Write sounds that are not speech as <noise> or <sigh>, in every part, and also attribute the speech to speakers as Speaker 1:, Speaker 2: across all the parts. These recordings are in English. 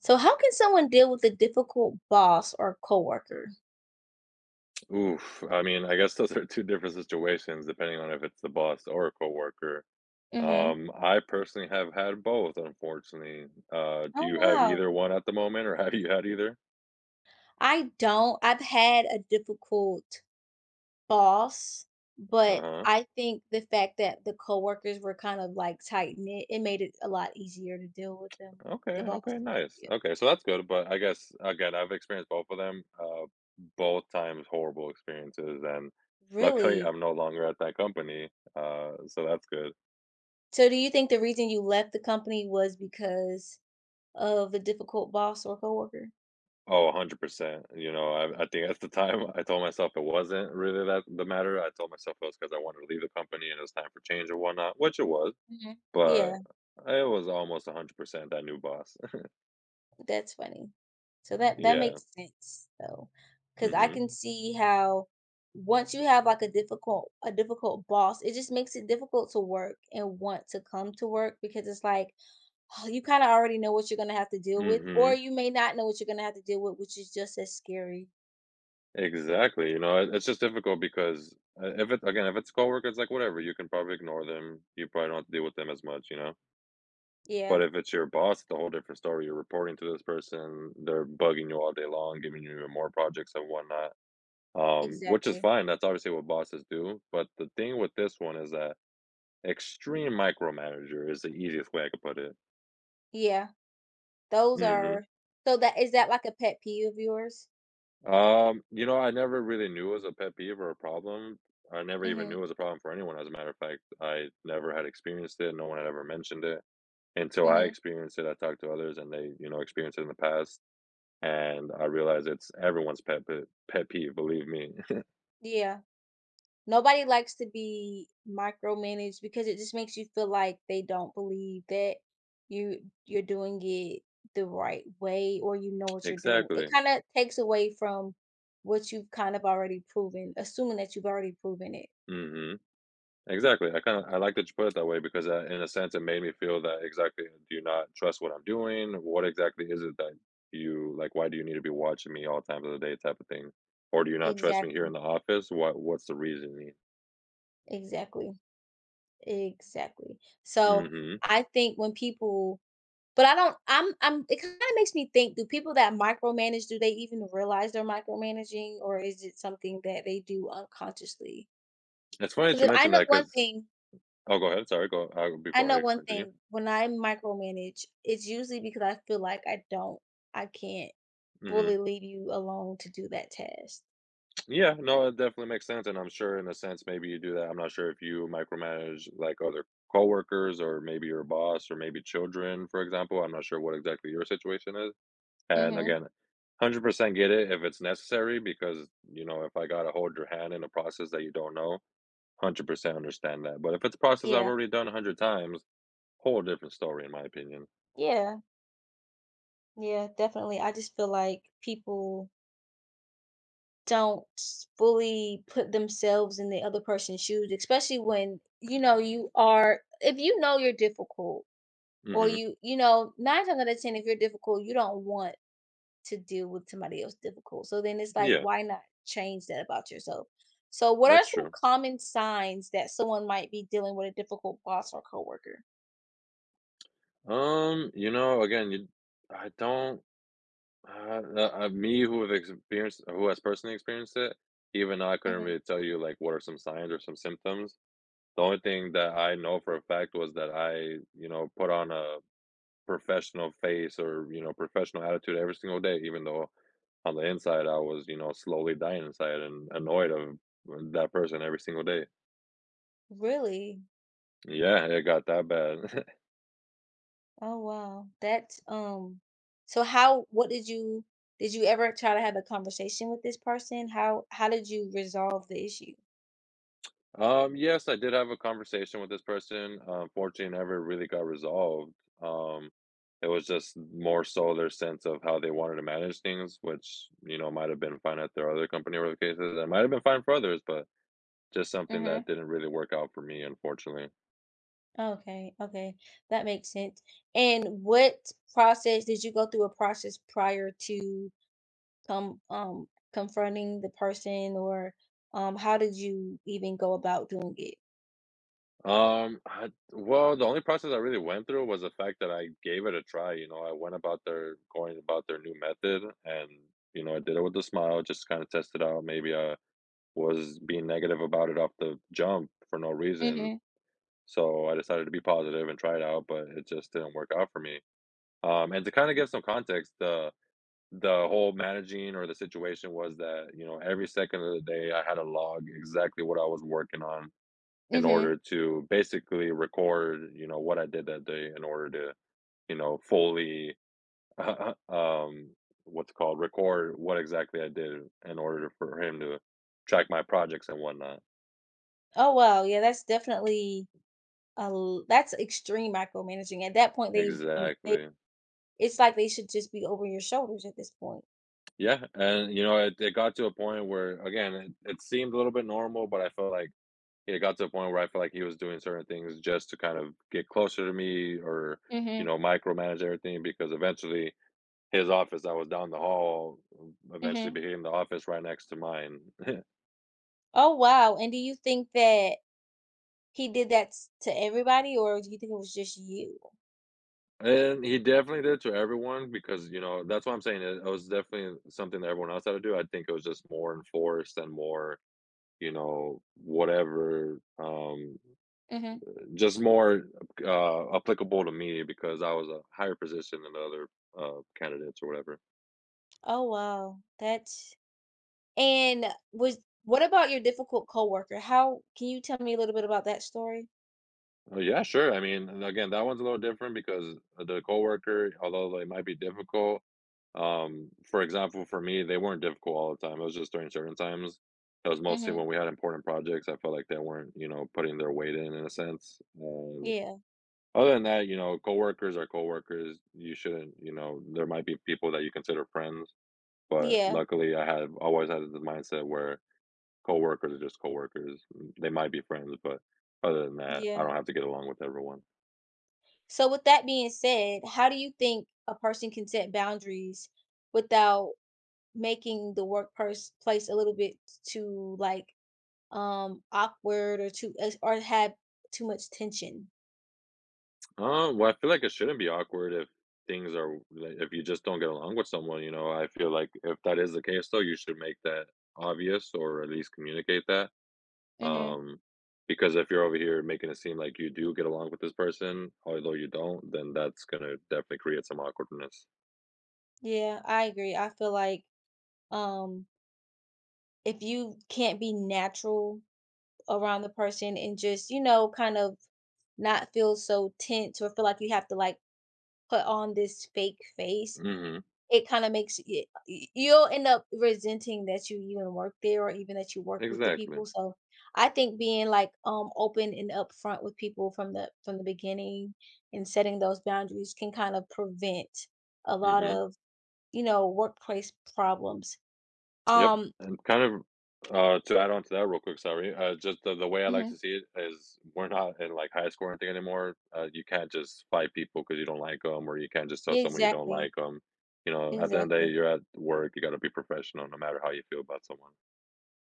Speaker 1: So, how can someone deal with a difficult boss or coworker?
Speaker 2: Oof. I mean, I guess those are 2 different situations depending on if it's the boss or a coworker.
Speaker 1: Mm-hmm.
Speaker 2: I personally have had both, unfortunately. Do
Speaker 1: Oh,
Speaker 2: you have
Speaker 1: wow.
Speaker 2: either one at the moment, or <laughs> have you had either?
Speaker 1: I don't. I've had a difficult boss, but
Speaker 2: Uh-huh.
Speaker 1: I think the fact that the coworkers were kind of like tight knit, it made it a lot easier to deal with them,
Speaker 2: Okay,
Speaker 1: the boss.
Speaker 2: okay, nice.
Speaker 1: Yeah.
Speaker 2: Okay, so that's good, but I guess, again, I've experienced both of them, both times horrible experiences, and luckily,
Speaker 1: Really?
Speaker 2: I'm no longer at that company, so that's good.
Speaker 1: So, do you think the reason you left the company was because of the difficult boss or coworker?
Speaker 2: Oh, 100%. You know, I think at the time, I told myself it wasn't really that the matter. I told myself it was because I wanted to leave the company and it was time for change or whatnot, which it was,
Speaker 1: Mm-hmm. Yeah.
Speaker 2: but it was almost 100% that new boss. <laughs>
Speaker 1: That's funny. So that
Speaker 2: Yeah.
Speaker 1: makes sense though, because I
Speaker 2: Mhm.
Speaker 1: can see how once you have like a difficult boss, it just makes it difficult to work and want to come to work because it's like <sighs> you kind of already know what you're gonna have to deal with, or
Speaker 2: Mhm.
Speaker 1: you may not know what you're gonna have to deal with, which is just as scary.
Speaker 2: Exactly. You know, it's just difficult because, if it again, if it's coworkers, like, whatever, you can probably ignore them. You probably don't have to deal with them as much, you know?
Speaker 1: Yeah,
Speaker 2: But if it's your boss, it's a whole different story. You're reporting to this person, they're bugging you all day long, giving you more projects and whatnot. Which is
Speaker 1: exactly.
Speaker 2: fine. That's obviously what bosses do. But the thing with this one is that extreme micromanager is the easiest way I could put it.
Speaker 1: Yeah, those
Speaker 2: hmm
Speaker 1: are. So that is that like a pet peeve of yours?
Speaker 2: You know, I never really knew it was a pet peeve or a problem. I never even knew
Speaker 1: Mm-hmm.
Speaker 2: it was a problem for anyone. As a matter of fact, I never had experienced it. No one had ever mentioned it until I
Speaker 1: Mm-hmm.
Speaker 2: experienced it. I talked to others, and they, you know, experienced it in the past, and I realized it's everyone's pet peeve. Believe me.
Speaker 1: Yeah. Nobody likes to be micromanaged because it just makes you feel like they don't believe that you you're doing it the right way or you know
Speaker 2: <laughs>
Speaker 1: what you're doing. It
Speaker 2: Exactly.
Speaker 1: kind of takes away from what you've kind of already proven, assuming that you've already proven it.
Speaker 2: hmm Exactly. I kind of I like that you put it that way because that, in a sense, it made me feel that exactly. Do you not trust what I'm doing? What exactly is it that you like? Why do you need to be watching me all times of the day, type of thing? Or do you not trust me here in
Speaker 1: Exactly.
Speaker 2: the office? What's the reasoning?
Speaker 1: Exactly. Exactly. So
Speaker 2: hmm
Speaker 1: I think when people but I don't I'm it kind of makes me think do people that micromanage do they even realize they're micromanaging or is it something that they do unconsciously?
Speaker 2: It's funny
Speaker 1: 'Cause
Speaker 2: that you
Speaker 1: if I
Speaker 2: mentioned
Speaker 1: know
Speaker 2: that
Speaker 1: one
Speaker 2: because
Speaker 1: thing
Speaker 2: oh, go ahead. Sorry, go
Speaker 1: I
Speaker 2: before
Speaker 1: know
Speaker 2: I
Speaker 1: one
Speaker 2: continue.
Speaker 1: thing, when I micromanage, it's usually because I feel like I don't I can't
Speaker 2: hmm
Speaker 1: fully leave you alone to do that task.
Speaker 2: Yeah, no, it definitely makes sense, and I'm sure in a sense maybe you do that. I'm not sure if you micromanage like other coworkers or maybe your boss or maybe children, for example. I'm not sure what exactly your situation is. And
Speaker 1: Mhm.
Speaker 2: again, 100% get it if it's necessary because, you know, if I gotta hold your hand in a process that you don't know, 100% understand that. But if it's a process I've
Speaker 1: Yeah.
Speaker 2: already done 100 times, whole different story in my opinion.
Speaker 1: Yeah. Yeah, definitely. I just feel like people don't fully put themselves in the other person's shoes, especially when, you know, you are if you know you're difficult or
Speaker 2: Mhm.
Speaker 1: you know, 9 times out of 10, if you're difficult, you don't want to deal with somebody else difficult. So then it's like,
Speaker 2: Yeah,
Speaker 1: why not change that about yourself? So, what are
Speaker 2: that's
Speaker 1: some
Speaker 2: true.
Speaker 1: common signs that someone might be dealing with a difficult boss or coworker?
Speaker 2: You know, again, you I don't me who have experienced who has personally experienced it, even though I couldn't
Speaker 1: Mhm.
Speaker 2: really tell you like what are some signs or some symptoms. The only thing that I know for a fact was that I, you know, put on a professional face or, you know, professional attitude every single day, even though on the inside I was, you know, slowly dying inside and annoyed of that person every single day.
Speaker 1: Really?
Speaker 2: Yeah, it got that bad. <laughs>
Speaker 1: Oh wow. That's so how what did you ever try to have a conversation with this person? How did you resolve the issue?
Speaker 2: Yes, I did have a conversation with this person. Unfortunately, it never really got resolved. Um, it was just more so their sense of how they wanted to manage things, which, you know, might have been fine at their other company or the cases. It might have been fine for others, but just something that
Speaker 1: Mhm.
Speaker 2: didn't really work out for me, unfortunately.
Speaker 1: Okay, okay. That makes sense. And what process did you go through a process prior to come confronting the person or how did you even go about doing it?
Speaker 2: I Well, the only process I really went through was the fact that I gave it a try. You know, I went about their going about their new method, and, you know, I did it with a smile, just kinda test it out. Maybe I was being negative about it off the jump for no reason.
Speaker 1: Mm-hmm.
Speaker 2: So I decided to be positive and try it out, but it just didn't work out for me. And to kind of give some context, the whole managing or the situation was that, you know, every second of the day I had to log exactly what I was working on in
Speaker 1: Mm-hmm.
Speaker 2: order to basically record, you know, what I did that day in order to, you know, fully <laughs> um what's it called record what exactly I did in order for him to track my projects and whatnot.
Speaker 1: Oh wow, yeah, that's definitely that's extreme micromanaging. At that point they
Speaker 2: Exactly.
Speaker 1: it's like they should just be over your shoulders at this point.
Speaker 2: Yeah, and you know, it got to a point where again, it seemed a little bit normal, but I felt like it got to a point where I felt like he was doing certain things just to kind of get closer to me or you
Speaker 1: Mm-hmm.
Speaker 2: know micromanage everything because eventually his office that was down the hall eventually
Speaker 1: Mm-hmm.
Speaker 2: became the office right next to mine.
Speaker 1: Oh wow. And do you think that he did that s- to everybody or do you think it was just you?
Speaker 2: And he definitely did it to everyone because, you know, that's what I'm saying. It was definitely something that everyone else had to do. I think it was just more enforced and more, you know, whatever,
Speaker 1: Mm-hmm.
Speaker 2: just more applicable to me because I was a higher position than the other candidates or whatever.
Speaker 1: Oh, wow. That's and was what about your difficult coworker? How can you tell me a little bit about that story?
Speaker 2: Oh, yeah, sure. I mean, and again, that one's a little different because the coworker, although they might be difficult, for example, for me, they weren't difficult all the time. It was just during certain times. It was mostly when
Speaker 1: Mhm.
Speaker 2: we had important projects. I felt like they weren't, you know, putting their weight in a sense. And
Speaker 1: Yeah.
Speaker 2: other than that, you know, coworkers are coworkers. You shouldn't, you know, there might be people that you consider friends, but
Speaker 1: Yeah.
Speaker 2: luckily, I have always had this mindset where coworkers are just coworkers. They might be friends, but other than that, I
Speaker 1: Yeah.
Speaker 2: don't have to get along with everyone.
Speaker 1: So with that being said, how do you think a person can set boundaries without making place a little bit too like awkward or or have too much tension?
Speaker 2: Well, I feel like it shouldn't be awkward if things are like, if you just don't get along with someone, you know, I feel like if that is the case though, you should make that obvious or at least communicate that.
Speaker 1: Mhm.
Speaker 2: Um, because if you're over here making it seem like you do get along with this person, although you don't, then that's gonna definitely create some awkwardness.
Speaker 1: Yeah, I agree. I feel like um if you can't be natural around the person and just, you know, kind of not feel so tense or feel like you have to like put on this fake face.
Speaker 2: Mm-hmm.
Speaker 1: It kind of makes it, you'll end up resenting that you even work there or even that you work with the
Speaker 2: Exactly.
Speaker 1: people. So I think being like open and upfront with people from the beginning and setting those boundaries can kind of prevent a lot
Speaker 2: Mm-hmm.
Speaker 1: of, you know, workplace problems.
Speaker 2: Yep,
Speaker 1: Um
Speaker 2: and kind of, to add on to that real quick, sorry, just the way I like
Speaker 1: hmm
Speaker 2: to see it is we're not in, like, high school or anything anymore. You can't just fight people because you don't like them, or you can't just tell someone you don't
Speaker 1: exactly.
Speaker 2: like them. You know, at the end of the day,
Speaker 1: Exactly.
Speaker 2: you're at work, you gotta be professional no matter how you feel about someone.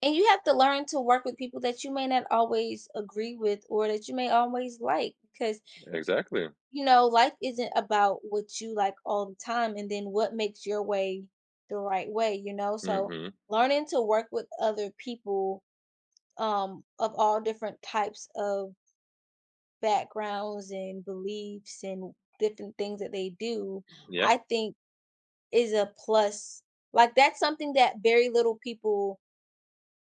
Speaker 1: And you have to learn to work with people that you may not always agree with or that you may always like because,
Speaker 2: Exactly.
Speaker 1: you know, life isn't about what you like all the time and then what makes your way the right way, you know? So
Speaker 2: Mhm.
Speaker 1: learning to work with other people of all different types of backgrounds and beliefs and different things that they do,
Speaker 2: Yeah,
Speaker 1: I think is a plus. Like that's something that very little people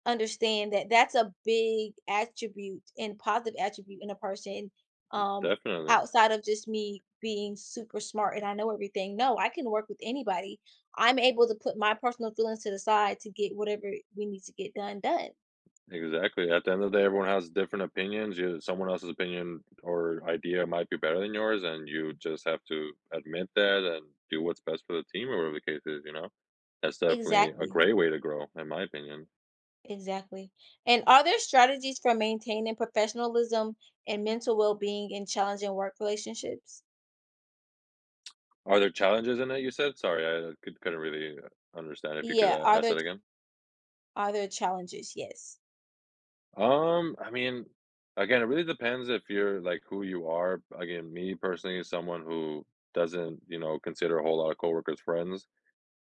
Speaker 1: understand that that's a big attribute and positive attribute in a person um
Speaker 2: definitely.
Speaker 1: outside of just me being super smart and I know everything. No, I can work with anybody. I'm able to put my personal feelings to the side to get whatever we need to get done done.
Speaker 2: Exactly. At the end of the day, everyone has different opinions. You, someone else's opinion or idea might be better than yours, and you just have to admit that and do what's best for the team or whatever the case is, you know? That's definitely a
Speaker 1: Exactly.
Speaker 2: great way to grow, in my opinion.
Speaker 1: Exactly. And are there strategies for maintaining professionalism and mental well-being in challenging work relationships?
Speaker 2: Are there challenges in it, you said? Sorry, couldn't really understand. If you could
Speaker 1: Yeah,
Speaker 2: ask that again.
Speaker 1: are there challenges? Yes.
Speaker 2: I mean, again, it really depends if you're like who you are. Again, me personally is someone who doesn't, you know, consider a whole lot of coworkers friends.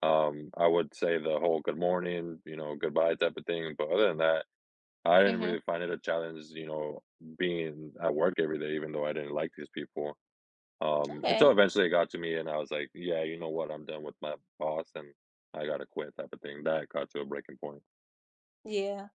Speaker 2: I would say the whole good morning, you know, goodbye type of thing, but other than that, I didn't
Speaker 1: Mhm.
Speaker 2: really find it a challenge, you know, being at work every day, even though I didn't like these people.
Speaker 1: Okay.
Speaker 2: Until eventually it got to me and I was like, yeah, you know what, I'm done with my boss and I gotta quit type of thing. That got to a breaking point.
Speaker 1: Yeah.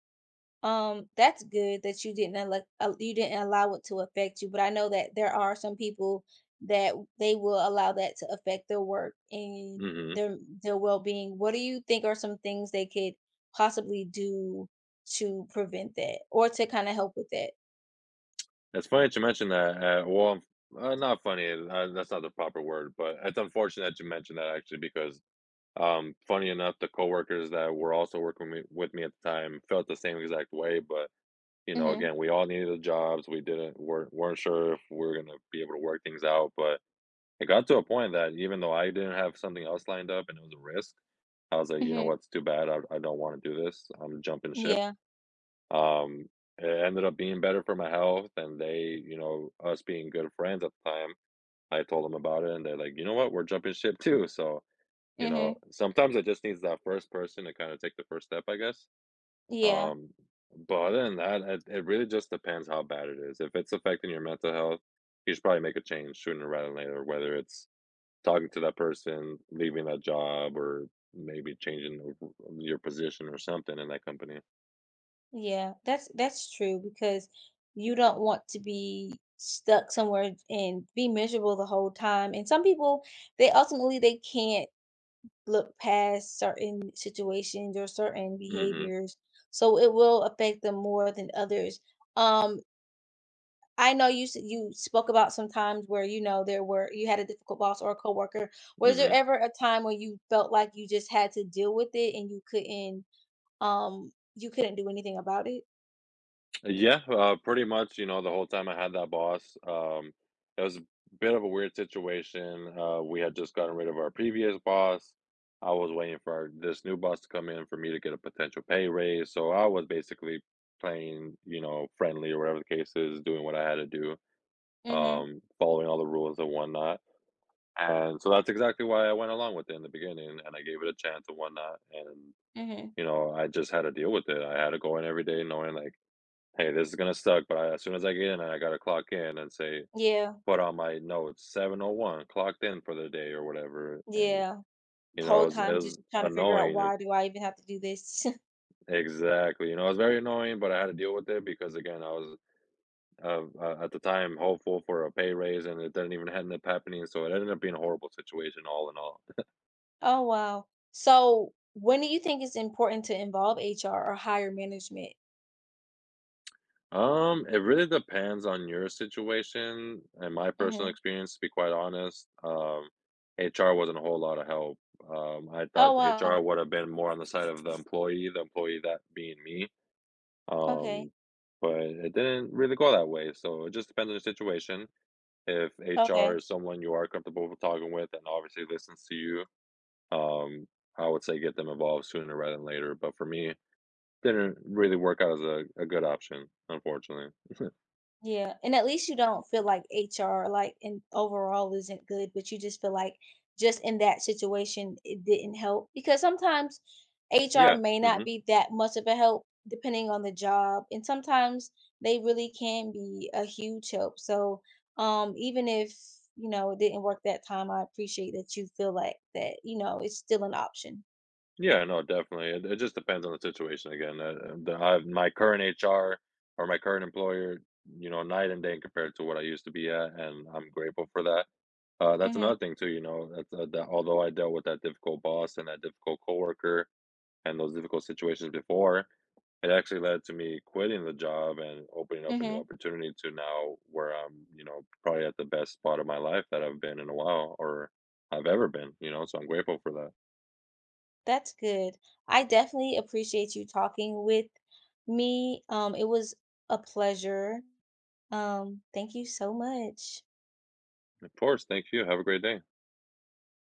Speaker 1: That's good that you didn't allow it to affect you, but I know that there are some people they will allow that to affect their work and
Speaker 2: hmm
Speaker 1: their well-being. What do you think are some things they could possibly do to prevent that or to kind of help with that?
Speaker 2: It's funny to mention that. Not funny. That's not the proper word, but it's unfortunate that you mentioned that actually because funny enough, the coworkers that were also with me at the time felt the same exact way. But you know,
Speaker 1: Mhm.
Speaker 2: again, we all needed the jobs. We didn't weren't sure if we were gonna be able to work things out. But it got to a point that even though I didn't have something else lined up and it was a risk, I was like, you know
Speaker 1: Mhm.
Speaker 2: what's too bad. I don't want to do this. I'm jumping ship.
Speaker 1: Yeah.
Speaker 2: Um, it ended up being better for my health, and they, you know, us being good friends at the time. I told them about it, and they're like, you know what, we're jumping ship too. So you know,
Speaker 1: Mhm.
Speaker 2: sometimes it just needs that first person to kind of take the first step, I guess.
Speaker 1: Yeah.
Speaker 2: Um, but other than that, it really just depends how bad it is. If it's affecting your mental health, you should probably make a change sooner rather than later, whether it's talking to that person, leaving that job, or maybe changing your position or something in that company.
Speaker 1: Yeah. That's true because you don't want to be stuck somewhere and be miserable the whole time. And some people they ultimately they can't look past certain situations or certain
Speaker 2: Mm-hmm.
Speaker 1: behaviors, so it will affect them more than others. Um, I know you spoke about some times where you know there were you had a difficult boss or a coworker. Was there
Speaker 2: Mm-hmm.
Speaker 1: ever a time when you felt like you just had to deal with it and you couldn't do anything about it.
Speaker 2: Yeah, pretty much, you know, the whole time I had that boss, it was a bit of a weird situation. We had just gotten rid of our previous boss. I was waiting for this new boss to come in for me to get a potential pay raise. So I was basically playing, you know, friendly or whatever the case is, doing what I had to do,
Speaker 1: Mhm.
Speaker 2: following all the rules and whatnot. And so that's exactly why I went along with it in the beginning and I gave it a chance and whatnot. And,
Speaker 1: Mhm.
Speaker 2: you know, I just had to deal with it. I had to go in every day knowing like, hey, this is gonna suck, but as soon as I get in, I gotta clock in and say,
Speaker 1: Yeah.
Speaker 2: put on my notes, 7:01, clocked in for the day or whatever. And
Speaker 1: Yeah. The
Speaker 2: you know,
Speaker 1: whole
Speaker 2: it
Speaker 1: time
Speaker 2: was
Speaker 1: just trying to figure out
Speaker 2: annoying.
Speaker 1: why do I even have to do this. <laughs>
Speaker 2: Exactly. You know, it was very annoying, but I had to deal with it because again, I was at the time hopeful for a pay raise, and it didn't even end up happening. So it ended up being a horrible situation, all in all.
Speaker 1: Oh wow. So when do you think it's important to involve HR or higher management?
Speaker 2: It really depends on your situation and my personal
Speaker 1: Mhm.
Speaker 2: experience, to be quite honest. HR wasn't a whole lot of help. I
Speaker 1: Oh
Speaker 2: thought
Speaker 1: wow.
Speaker 2: HR would have been more on the side of the employee that being me.
Speaker 1: Okay,
Speaker 2: Um, but it didn't really go that way. So it just depends on the situation. If HR
Speaker 1: okay.
Speaker 2: is someone you are comfortable with talking with and obviously listens to you, um, I would say get them involved sooner rather than later. But for me, didn't really work out as a good option, unfortunately.
Speaker 1: Yeah, and at least you don't feel like HR, like, in overall isn't good, but you just feel like just in that situation, it didn't help because sometimes HR
Speaker 2: Yeah.
Speaker 1: may not
Speaker 2: Mhm.
Speaker 1: be that much of a help depending on the job, and sometimes they really can be a huge help. So, even if, you know, it didn't work that time, I appreciate that you feel like that, you know, it's still an option.
Speaker 2: Yeah, no, definitely. It just depends on the situation again. The I My current HR or my current employer, you know, night and day compared to what I used to be at, and I'm grateful for that. That's
Speaker 1: Hmm.
Speaker 2: another thing too, you know, that although I dealt with that difficult boss and that difficult coworker and those difficult situations before, it actually led to me quitting the job and opening up a new
Speaker 1: Hmm.
Speaker 2: opportunity to now where I'm, you know, probably at the best spot of my life that I've been in a while or I've ever been, you know, so I'm grateful for that.
Speaker 1: That's good. I definitely appreciate you talking with me. It was a pleasure. Thank you so much.
Speaker 2: Of course, thank you. Have a great day.